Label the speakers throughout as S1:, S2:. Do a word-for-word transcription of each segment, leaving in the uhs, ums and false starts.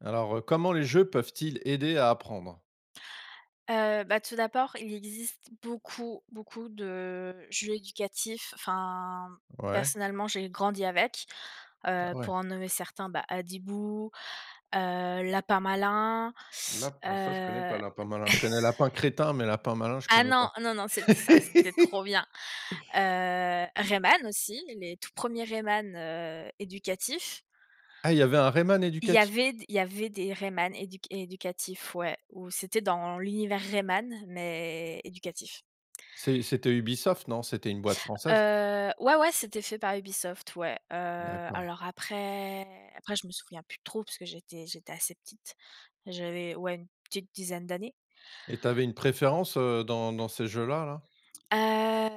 S1: Alors, heu, comment les jeux peuvent-ils aider à apprendre?
S2: Heu, bah, tout d'abord, il existe beaucoup, beaucoup de jeux éducatifs. Enfin,
S1: Ouais,
S2: personnellement, j'ai grandi avec, heu,
S1: ah ouais.
S2: pour en nommer certains, bah, Hadibou, heu, Lapin Malin.
S1: Là, ah ça je connais pas
S2: heu
S1: Lapin Malin. Je connais Lapin Crétin, mais Lapin Malin, je
S2: ah
S1: connais pas.
S2: non, non, non, c'était ça, c'était trop bien. Heu, Rayman aussi, les tout premiers Rayman, heu, éducatifs.
S1: Ah, il y avait un Rayman
S2: Il y
S1: éducatif.
S2: avait il y avait des Rayman éduc éducatifs, ouais, où c'était dans l'univers Rayman mais éducatif.
S1: C'est c'était Ubisoft, non? C'était une boîte française?
S2: Heu, ouais, ouais, c'était fait par Ubisoft, ouais, heu,
S1: D'accord.
S2: alors après après je me souviens plus trop parce que j'étais j'étais assez petite. J'avais, ouais, une petite dizaine d'années.
S1: Et t'avais une préférence, heu, dans dans ces jeux-là, là?
S2: Heu,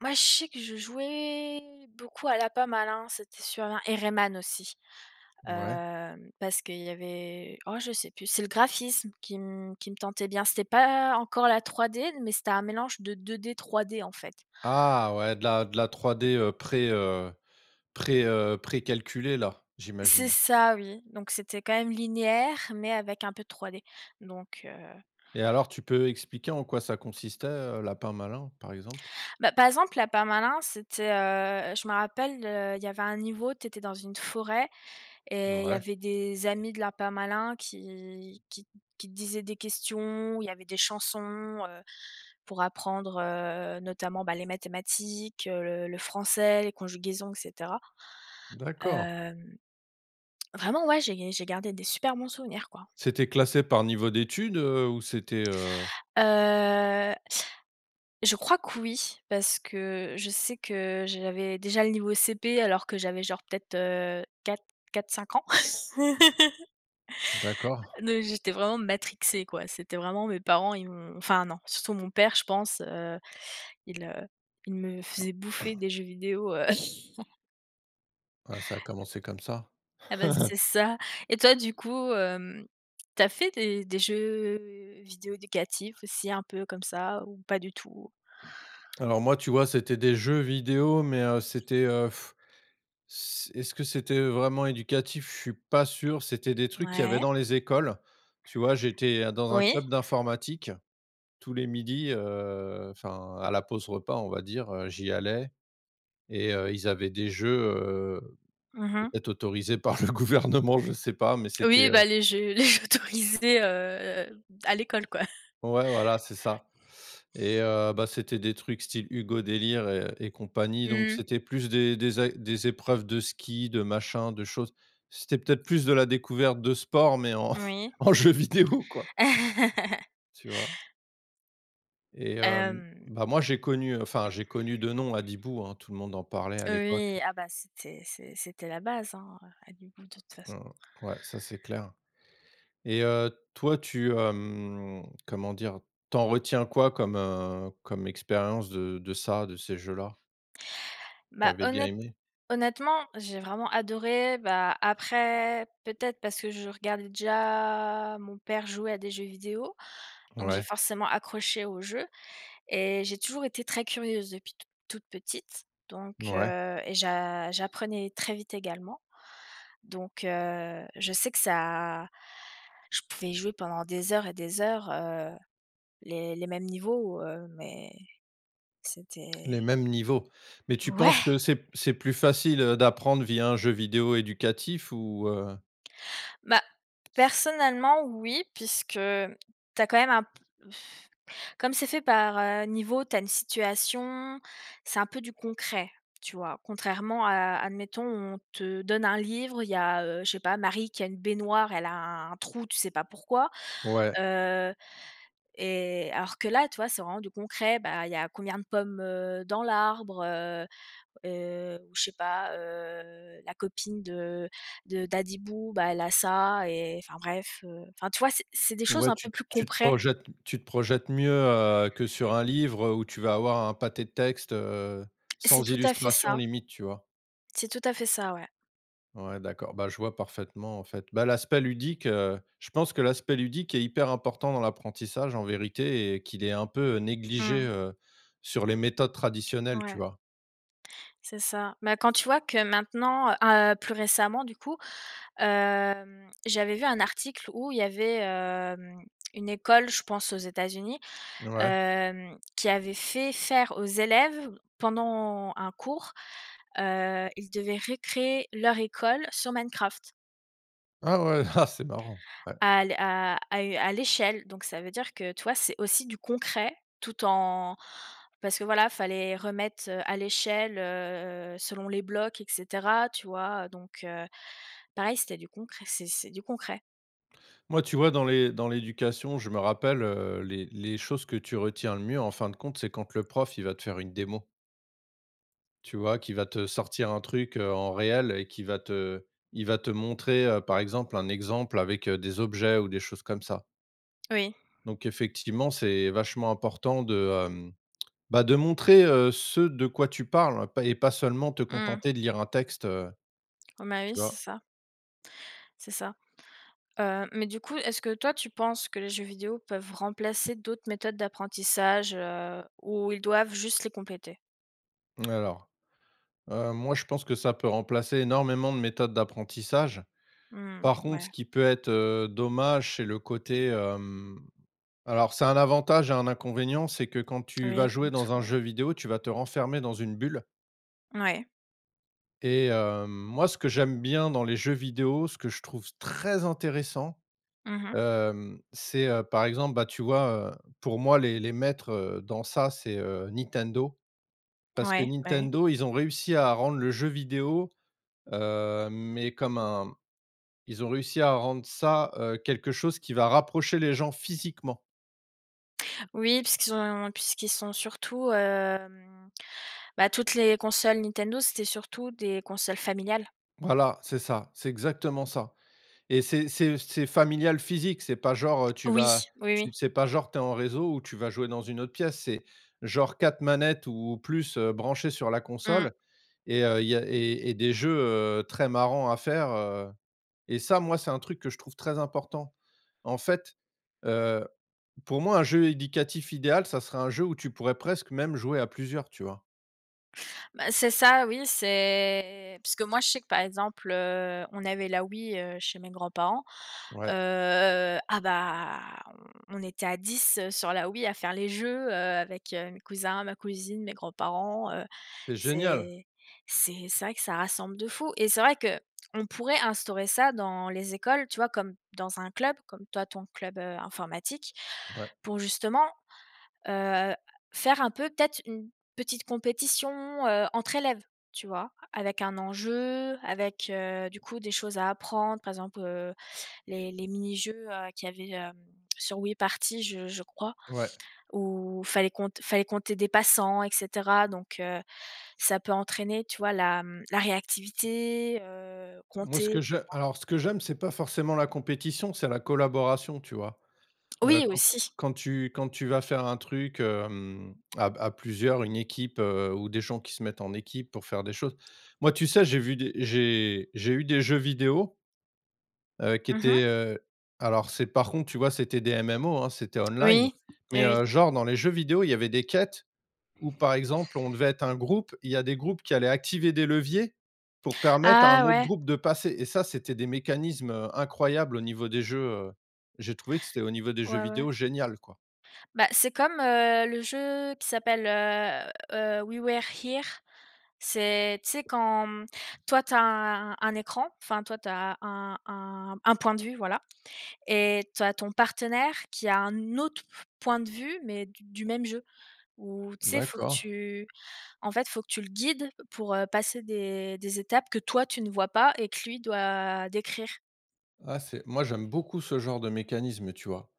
S2: Moi je sais que je jouais beaucoup à la pomme à l'un, c'était sur un et Rayman aussi,
S1: Ouais.
S2: hem, parce qu'il y avait oh je sais plus, c'est le graphisme qui me qui me tentait bien. C'était pas encore la trois D mais c'était un mélange de deux D, trois D en fait.
S1: Ah ouais, de la de la trois D, heu, pré, heu, pré, heu, précalculée là,
S2: C'est
S1: j'imagine.
S2: ça, oui. Donc c'était quand même linéaire, mais avec un peu de trois D. Donc heu,
S1: Et alors tu peux expliquer en quoi ça consistait, heu, Lapin Malin, par exemple?
S2: Bah, par exemple, la permanence, c'était, heu, je me rappelle, heu, il y avait un niveau, tu étais dans une forêt et il y
S1: Ouais,
S2: avait des amis de la permalin qui qui qui te disaient des questions, il y avait des chansons, heu, pour apprendre, heu, notamment, bah, les mathématiques, heu, le le français, les conjugaisons et cetera.
S1: d'accord.
S2: Hem, Vraiment, ouais, j'ai j'ai gardé des super bons souvenirs, quoi.
S1: C'était classé par niveau d'études, heu, ou c'était, heu
S2: Heu Je crois que oui, parce que je sais que j'avais déjà le niveau C P alors que j'avais genre peut-être, heu, quatre, 4 cinq ans.
S1: d'accord.
S2: Donc j'étais vraiment matrixée quoi, c'était vraiment mes parents ils m'ont, enfin non, surtout mon père je pense, heu, il, heu, il me faisait bouffer des jeux vidéo, heu
S1: Ah, ça a commencé comme ça.
S2: ah bah, c'est ça. Et toi du coup, hem, tu fait des des jeux vidéo éducatifs aussi un peu comme ça ou pas du tout?
S1: Alors moi, tu vois, c'était des jeux vidéo, mais, heu, c'était, heu, c est-ce que c'était vraiment éducatif? Je suis pas sûr. C'était des trucs qu'il y avait
S2: Ouais.
S1: dans les écoles. Tu vois, j'étais, heu, dans un
S2: Oui.
S1: club d'informatique. Tous les midis, heu, enfin, à la pause repas, on va dire, heu, j'y allais et heu, ils avaient des jeux, heu,
S2: Mmh.
S1: peut-être autorisés par le gouvernement, je sais pas, mais c'était,
S2: Oui,
S1: heu
S2: bah, les jeux les jeux autorisés, heu, à l'école, quoi.
S1: ouais, voilà, c'est ça. Et heu, bah, c'était des trucs style Hugo Délire et et compagnie, donc
S2: Mmh,
S1: c'était plus des des ac des épreuves de ski, de machin, de choses. C'était peut-être plus de la découverte de sport, mais en
S2: oui.
S1: en jeu vidéo, quoi, tu vois? Et hem,
S2: Hem,
S1: bah, moi, j'ai connu, enfin, j'ai connu de nom Hadibou, hein, tout le monde en parlait à l'époque.
S2: oui, ah, bah, c'était c'est c'était la base, hein, heu, à Dubourg, de toute façon.
S1: Mmh, ouais, ça, c'est clair. Et heu, toi, tu, hem, comment dire? T'en retiens quoi comme, heu, comme expérience de de ça, de ces jeux-là?
S2: Bah,
S1: T'avais bien
S2: honnête
S1: aimé?
S2: honnêtement, j'ai vraiment adoré. Bah, après, peut-être parce que je regardais déjà mon père jouer à des jeux vidéo, donc j'ai
S1: Ouais,
S2: forcément accroché au jeu et j'ai toujours été très curieuse depuis toute toute petite, donc
S1: ouais.
S2: heu et j'a j'apprenais très vite également. Donc heu, je sais que ça je pouvais jouer pendant des heures et des heures, heu, les les mêmes niveaux, heu, mais c'était
S1: Les mêmes niveaux. Mais tu penses que
S2: ouais!
S1: c'est c'est plus facile, heu, d'apprendre via un jeu vidéo éducatif ou, heu?
S2: Bah,
S1: C
S2: personnellement oui, puisque t'as quand même un comme c'est fait par, heu, niveau, tu as une situation, c'est un peu du concret, tu vois? Contrairement à admettons, on te donne un livre, il y a, heu, je sais pas, Marie qui a une baignoire, elle a un trou, tu sais pas pourquoi.
S1: ouais,
S2: heu et alors que là, tu vois, c'est vraiment du concret. Bah, il y a combien de pommes, heu, dans l'arbre. Heu heu, ou je sais pas, heu, la copine de de d'Adibou, bah, elle a ça et enfin bref, heu, enfin, tu vois, c'est c'est des choses
S1: ouais,
S2: un
S1: tu
S2: peu plus
S1: tu te
S2: concret.
S1: projettes tu te projettes mieux, heu, que sur un livre, où tu vas avoir un pâté de texte, heu,
S2: C'est
S1: sans
S2: tout à fait
S1: illustration
S2: ça.
S1: limite, tu vois?
S2: C'est tout à fait ça, ouais.
S1: Ouais, d'accord, bah, je vois parfaitement en fait. Bah, l'aspect ludique, heu, je pense que l'aspect ludique est hyper important dans l'apprentissage en vérité et qu'il est un peu négligé,
S2: Mmh.
S1: heu, sur les méthodes traditionnelles, tu
S2: Ouais,
S1: vois?
S2: c'est ça. Bah, quand tu vois que maintenant, heu, ah, plus récemment du coup, hem, j'avais vu un article où il y avait, hem, une école, je pense aux États-Unis,
S1: Ouais.
S2: hem, qui avait fait faire aux élèves pendant un cours, heu, ils devaient récréer leur école sur Minecraft.
S1: Ah ouais, ah, c'est marrant. Ouais.
S2: À l à à u à l'échelle, donc ça veut dire que toi c'est aussi du concret, tout en parce que voilà, fallait remettre, heu, à l'échelle, heu, selon les blocs et cetera, tu vois? Donc heu, pareil, c'était du concret, c'est c'est du concret.
S1: Moi, tu vois, dans les dans l'éducation, je me rappelle, heu, les les choses que tu retiens le mieux, en fin de compte, c'est quand le prof, il va te faire une démo, tu vois? Qui va te sortir un truc, heu, en réel et qui va te il va te montrer, heu, par exemple, un exemple avec, heu, des objets ou des choses comme ça.
S2: Oui,
S1: Donc effectivement, c'est vachement important de, hem, bah, de montrer, heu, ce de quoi tu parles, pas et pas seulement te
S2: mmh,
S1: contenter de lire un texte, heu,
S2: bah
S1: tu
S2: oui, c'est
S1: vois?
S2: ça, c'est ça. Heu, mais du coup, est-ce que toi, tu penses que les jeux vidéo peuvent remplacer d'autres méthodes d'apprentissage, heu, ou ils doivent juste les compléter?
S1: Alors, heu, Moi, je pense que ça peut remplacer énormément de méthodes d'apprentissage.
S2: Mmh,
S1: Par contre,
S2: ouais,
S1: ce qui peut être, heu, dommage, c'est le côté, hem alors c'est un avantage et un inconvénient, c'est que quand tu vas
S2: oui,
S1: jouer
S2: comme
S1: dans
S2: tout,
S1: un
S2: oui.
S1: jeu vidéo, tu vas te renfermer dans une bulle.
S2: Ouais.
S1: Et hem, moi ce que j'aime bien dans les jeux vidéo, ce que je trouve très intéressant,
S2: Mmh.
S1: hem, c'est, heu, par exemple, bah, tu vois, heu, pour moi les les maîtres, heu, dans ça, c'est, heu, Nintendo. Parce que
S2: Ouais, bah oui.
S1: Nintendo, ils ont réussi à rendre le jeu vidéo, heu, mais comme un ils ont réussi à rendre ça, heu, quelque chose qui va rapprocher les gens physiquement.
S2: Oui, puisqu'ils ont puisqu'ils sont surtout, hem, bah, toutes les consoles Nintendo, c'était surtout des consoles familiales.
S1: Voilà, c'est ça, c'est exactement ça. Et c'est c'est c'est familial physique, c'est pas genre, heu, tu
S2: Oui.
S1: vas
S2: Oui,
S1: tu
S2: oui.
S1: c'est pas genre t'es en réseau ou tu vas jouer dans une autre pièce, c'est genre quatre manettes ou plus, heu, branchées sur la
S2: Mmh.
S1: console et heu, y a et et des jeux, heu, très marrants à faire, heu et ça, moi, c'est un truc que je trouve très important. En fait, heu, pour moi, un jeu éducatif idéal, ça serait un jeu où tu pourrais presque même jouer à plusieurs, tu vois?
S2: Bah, c'est ça, oui, c'est parce que moi, je sais que, par exemple, heu, on avait la Wii, heu, chez mes grands-parents,
S1: Ouais.
S2: heu, ah bah, on on était à dix, heu, sur la Wii à faire les jeux, heu, avec, heu, mes cousins, ma cousine, mes grands-parents, heu,
S1: C'est génial.
S2: c'est c'est c'est vrai que ça rassemble de fou et c'est vrai que on pourrait instaurer ça dans les écoles, tu vois? Comme dans un club, comme toi, ton club, heu, informatique,
S1: Ouais,
S2: pour justement. Heu, Faire un peu peut-être une petite compétition, heu, entre élèves, tu vois? Avec un enjeu, avec, heu, du coup des choses à apprendre, par exemple, heu, les les mini-jeux, heu, qu'il y avait, hem, sur Wii Party je je crois,
S1: ouais.
S2: où fallait compte fallait compter des passants et cetera. Donc heu, ça peut entraîner, tu vois, la, mmh, la réactivité, heu,
S1: Moi, ce
S2: compter,
S1: que je alors ce que j'aime, c'est pas forcément la compétition, c'est la collaboration, tu vois? Heu,
S2: oui
S1: quand
S2: aussi.
S1: quand tu quand tu vas faire un truc, hem, à à plusieurs, une équipe, heu, ou des gens qui se mettent en équipe pour faire des choses. Moi, tu sais, j'ai vu des j'ai j'ai eu des jeux vidéo, heu, qui
S2: Mmh.
S1: étaient, heu, alors c'est par contre, tu vois, c'était des M M O, hein, c'était online,
S2: Oui, oui,
S1: mais,
S2: oui.
S1: heu, genre dans les jeux vidéo, il y avait des quêtes où, par exemple, on devait être un groupe, il y a des groupes qui allaient activer des leviers pour permettre à un
S2: Ah
S1: autre
S2: ouais.
S1: groupe de passer et ça, c'était des mécanismes, heu, incroyables au niveau des jeux, heu, j'ai trouvé que c'était au niveau des jeux
S2: Ouais, ouais.
S1: vidéo génial, quoi.
S2: Bah, c'est comme, heu, le jeu qui s'appelle, heu heu, We Were Here. C'est Tu sais quand, mmh, toi tu as un un écran, enfin toi tu as un un un point de vue, voilà, et tu as ton partenaire qui a un autre point de vue, mais du du même jeu. Où tu sais, faut que
S1: D'accord.
S2: tu en fait, faut que tu le guides pour, heu, passer des des étapes que toi tu ne vois pas et que lui doit décrire.
S1: Ah, c'est moi, j'aime beaucoup ce genre de mécanisme, tu vois?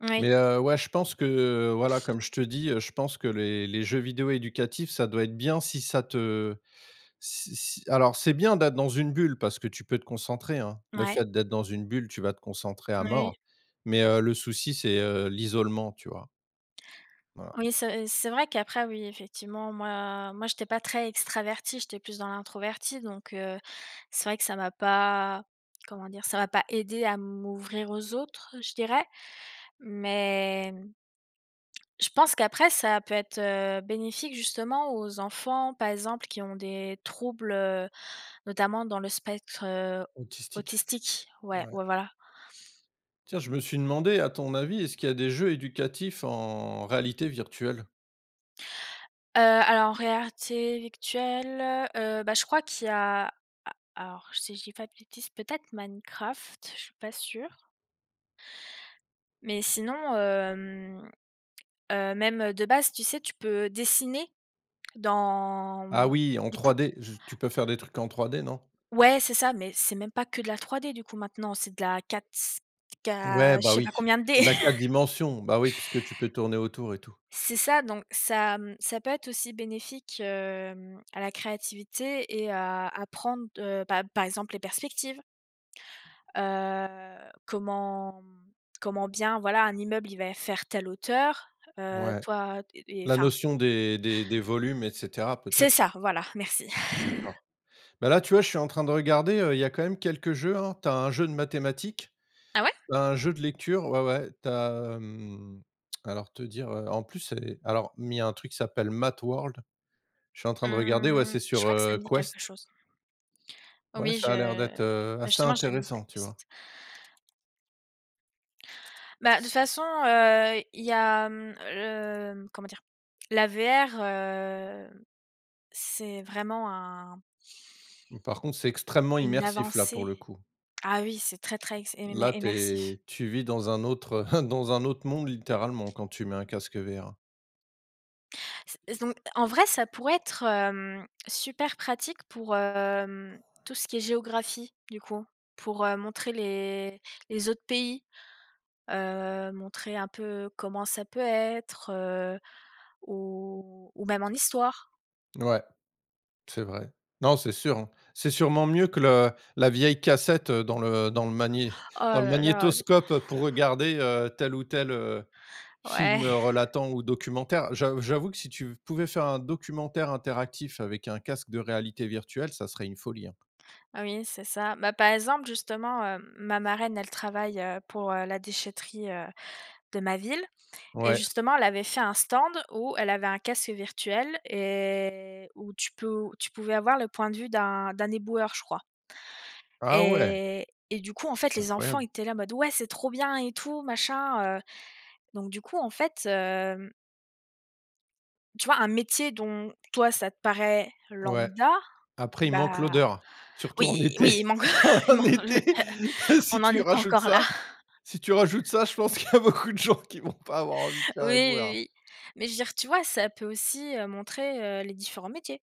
S2: Oui,
S1: Mais heu, ouais, je pense que, heu, voilà, comme je te dis, heu, je pense que les les jeux vidéo éducatifs, ça doit être bien si ça te si si alors c'est bien d'être dans une bulle parce que tu peux te concentrer, hein. Le
S2: ouais,
S1: fait d'être dans une bulle, tu vas te concentrer à mort,
S2: ouais.
S1: mais heu, le souci, c'est, heu, l'isolement, tu vois? Voilà.
S2: Oui, c'est c'est vrai qu'après, oui, effectivement, moi, moi, j'étais pas très extravertie, j'étais plus dans l'introvertie, donc heu, c'est vrai que ça m'a pas comment dire? Ça m'a pas aidé à m'ouvrir aux autres, je dirais. Mais, mmh, je pense qu'après ça peut être, heu, bénéfique justement aux enfants, par exemple, qui ont des troubles, heu, notamment dans le spectre, heu,
S1: Autistique?
S2: autistique. Ouais,
S1: Ouais.
S2: ouais, voilà.
S1: Tiens, je me suis demandé, à ton avis, est-ce qu'il y a des jeux éducatifs en réalité virtuelle?
S2: Heu, alors en réalité virtuelle, heu, bah, je crois qu'il y a Alors, si je dis pas de bêtises, peut-être Minecraft, je suis pas sûre. Mais sinon, hem, heu, même de base, tu sais, tu peux dessiner dans
S1: Ah oui, en
S2: du coup
S1: trois D, je tu peux faire des trucs en trois D, non?
S2: ouais, c'est ça, mais c'est même pas que de la trois D du coup maintenant, c'est de la quatre K,
S1: Ouais,
S2: je
S1: bah
S2: sais
S1: oui,
S2: pas combien de D.
S1: de la quatre dimensions, bah oui, puisque tu peux tourner autour et tout.
S2: C'est ça, donc ça, mmh, ça peut être aussi bénéfique, hem, à la créativité et à à prendre, heu, bah, par exemple les perspectives. Heu, comment comment bien, voilà, un immeuble, il va faire telle hauteur, heu,
S1: Ouais,
S2: toi et et
S1: la
S2: enfin
S1: notion des des des volumes et cetera
S2: c'est
S1: peut-être?
S2: ça, voilà, merci.
S1: D'accord. Bah, là, tu vois, je suis en train de regarder, heu, il y a quand même quelques jeux, hein. Tu un jeu de mathématiques,
S2: Ah ouais?
S1: tu un jeu de lecture, ouais, ouais, t'as as, alors te dire, heu, en plus c'est alors, mais il y a un truc qui s'appelle Math World. Je suis en train de regarder, ouais,
S2: Mmh,
S1: c'est
S2: je
S1: sur,
S2: crois que ça
S1: heu,
S2: me dit quelque
S1: Quest.
S2: chose.
S1: Ouais,
S2: Oui,
S1: ça a l'air
S2: je
S1: d'être, heu,
S2: Bah,
S1: assez
S2: justement, j'ai le
S1: intéressant, tu
S2: tacos.
S1: vois?
S2: Bah, de toute façon, heu, il y a, mmh, le comment dire? La V R, heu, c'est vraiment un
S1: Par contre, c'est extrêmement
S2: une
S1: immersif là, pour
S2: avancée.
S1: le coup.
S2: Ah oui, c'est très, très ex immer
S1: Là,
S2: immersif.
S1: t'es tu vis dans un autre dans un autre monde littéralement quand tu mets un casque V R.
S2: C Donc en vrai, ça pourrait être, hem, super pratique pour, hem, tout ce qui est géographie, du coup. Pour, heu, montrer les les autres pays, heu, montrer un peu comment ça peut être, heu, ou ou même en histoire.
S1: Ouais. C'est vrai. Non, c'est sûr, hein. C'est sûrement mieux que le la vieille cassette, heu, dans le dans le magné
S2: Oh
S1: dans le
S2: là là,
S1: magnétoscope, pour regarder, heu, tel ou tel, heu,
S2: ouais,
S1: film, heu, relatant ou documentaire. J'av j'avoue que si tu pouvais faire un documentaire interactif avec un casque de réalité virtuelle, ça serait une folie, hein.
S2: ah oui, c'est ça. Bah, par exemple, justement, heu, ma marraine, elle travaille, heu, pour, heu, la déchetterie, heu, de ma ville. Et
S1: Ouais.
S2: justement, elle avait fait un stand où elle avait un casque virtuel et où tu peux tu pouvais avoir le point de vue d'un d'un éboueur, je crois.
S1: Ah ouais,
S2: Et et du coup, en fait,
S1: c'est
S2: les enfants, ils
S1: incroyable.
S2: étaient là en mode: «Ouais, c'est trop bien et tout, machin», heu, donc du coup, en fait, hem, tu vois, un métier dont toi, ça te paraît
S1: Ouais.
S2: lambda.
S1: Après, il manque
S2: Bah
S1: l'odeur, surtout en
S2: oui,
S1: été.
S2: oui, il manque il
S1: En
S2: manque
S1: été,
S2: le on
S1: si
S2: n'en
S1: tu
S2: est pas
S1: rajoutes
S2: encore là.
S1: ça si tu rajoutes ça, je pense qu'il y a beaucoup de gens qui vont pas avoir envie de
S2: Oui,
S1: faire éboueur.
S2: oui, oui, mais je veux dire, tu vois, ça peut aussi, heu, montrer, heu, les différents métiers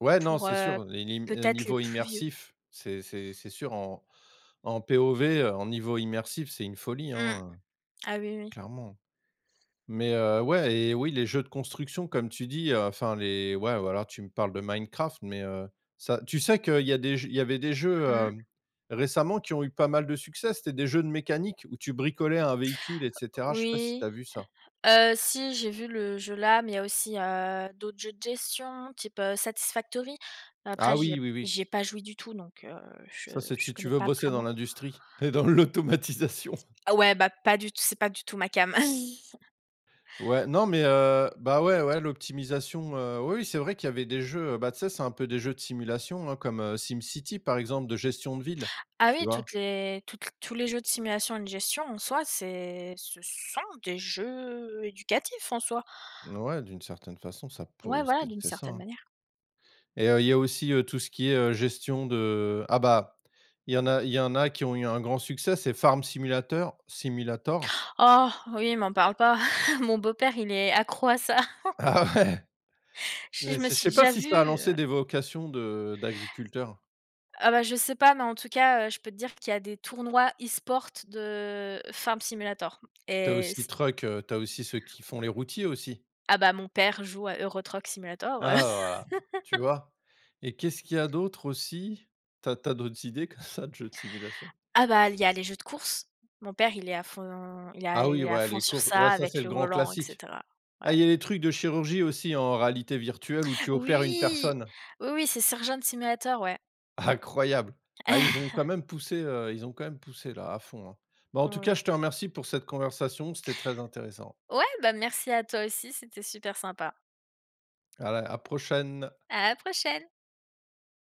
S1: Ouais, non,
S2: pour,
S1: c'est
S2: heu,
S1: sûr, les lim heu,
S2: peut-être les
S1: niveau
S2: plus vieux.
S1: immersif, c'est c'est c'est sûr en en P O V, heu, en niveau immersif, c'est une folie,
S2: Mmh.
S1: hein, heu,
S2: Ah oui, oui.
S1: clairement. Mais heu, ouais et oui, les jeux de construction comme tu dis, heu, enfin les ouais, voilà, tu me parles de Minecraft, mais heu, ça tu sais qu'il y a des jeux il y avait des jeux,
S2: Mmh.
S1: hem, récemment qui ont eu pas mal de succès, c'était des jeux de mécanique où tu bricolais un véhicule et cetera, je sais pas si tu
S2: Oui.
S1: as vu ça?
S2: Heu, si, j'ai vu le jeu là, mais il y a aussi, heu, d'autres jeux de gestion type, heu, Satisfactory.
S1: Ah
S2: Après j'y ai
S1: oui, oui, oui,
S2: j'y ai pas joué du tout, donc heu, je
S1: ça c'est
S2: je
S1: si tu
S2: connais
S1: veux
S2: pas
S1: bosser dans
S2: vraiment.
S1: l'industrie et dans l'automatisation.
S2: Ah ouais, bah, pas du tout, c'est pas du tout ma came.
S1: Ouais, non, mais heu, bah, ouais, ouais, l'optimisation, heu, oui, oui, c'est vrai qu'il y avait des jeux, heu, bah, tu sais, c'est un peu des jeux de simulation, hein, comme, heu, SimCity, par exemple, de gestion de ville,
S2: Ah
S1: tu
S2: oui,
S1: vois?
S2: toutes les toutes l tous les jeux de simulation et de gestion en soi, c'est ce sont des jeux éducatifs en soi.
S1: Ouais, d'une certaine façon, ça pou
S2: Ouais, voilà,
S1: c'est
S2: d'une
S1: c'est ça,
S2: certaine
S1: hein.
S2: manière.
S1: Et heu, il y a aussi, heu, tout ce qui est, heu, gestion de ah, bah, il y en a il y en a qui ont eu un grand succès, c'est Farm Simulator. Simulator.
S2: Oh oui, m'en parle pas. Mon beau-père, il est accro à ça.
S1: Ah ouais,
S2: Je
S1: mais
S2: je me
S1: c'est je
S2: suis
S1: sais pas
S2: déjà
S1: si ça a
S2: vue,
S1: lancé
S2: heu
S1: des vocations de d'agriculteurs.
S2: Ah bah, je sais pas, mais en tout cas, heu, je peux te dire qu'il y a des tournois e-sport de Farm Simulator
S1: T'as
S2: et
S1: aussi
S2: c
S1: Truck, heu, tu aussi ceux qui font les routiers aussi.
S2: ah bah, mon père joue à Euro Truck Simulator.
S1: Ah voilà, tu vois? Et qu'est-ce qu'il y a d'autre aussi? T'as t'as d'autres idées comme ça de jeux de simulation?
S2: Ah bah, il y a les jeux de course. Mon père, il est à fond il a
S1: Ah oui,
S2: il est à
S1: ouais,
S2: fond
S1: les
S2: sur
S1: cours ouais,
S2: ça
S1: ça, c'est
S2: avec
S1: le
S2: le
S1: grand
S2: volant et
S1: classique.
S2: cetera.
S1: Ah,
S2: Ouais.
S1: il y a les trucs de chirurgie aussi en réalité virtuelle où tu opères une
S2: Oui!
S1: personne.
S2: Oui, oui, c'est Surgeon Simulator, ouais.
S1: Incroyable. Ah, ils ont quand même poussé, heu, ils ont quand même poussé là à fond, hein. Bah, en tout
S2: Oui.
S1: cas, je te remercie pour cette conversation, c'était très intéressant.
S2: Ouais, bah, merci à toi aussi, c'était super sympa.
S1: À la à prochaine.
S2: À la prochaine.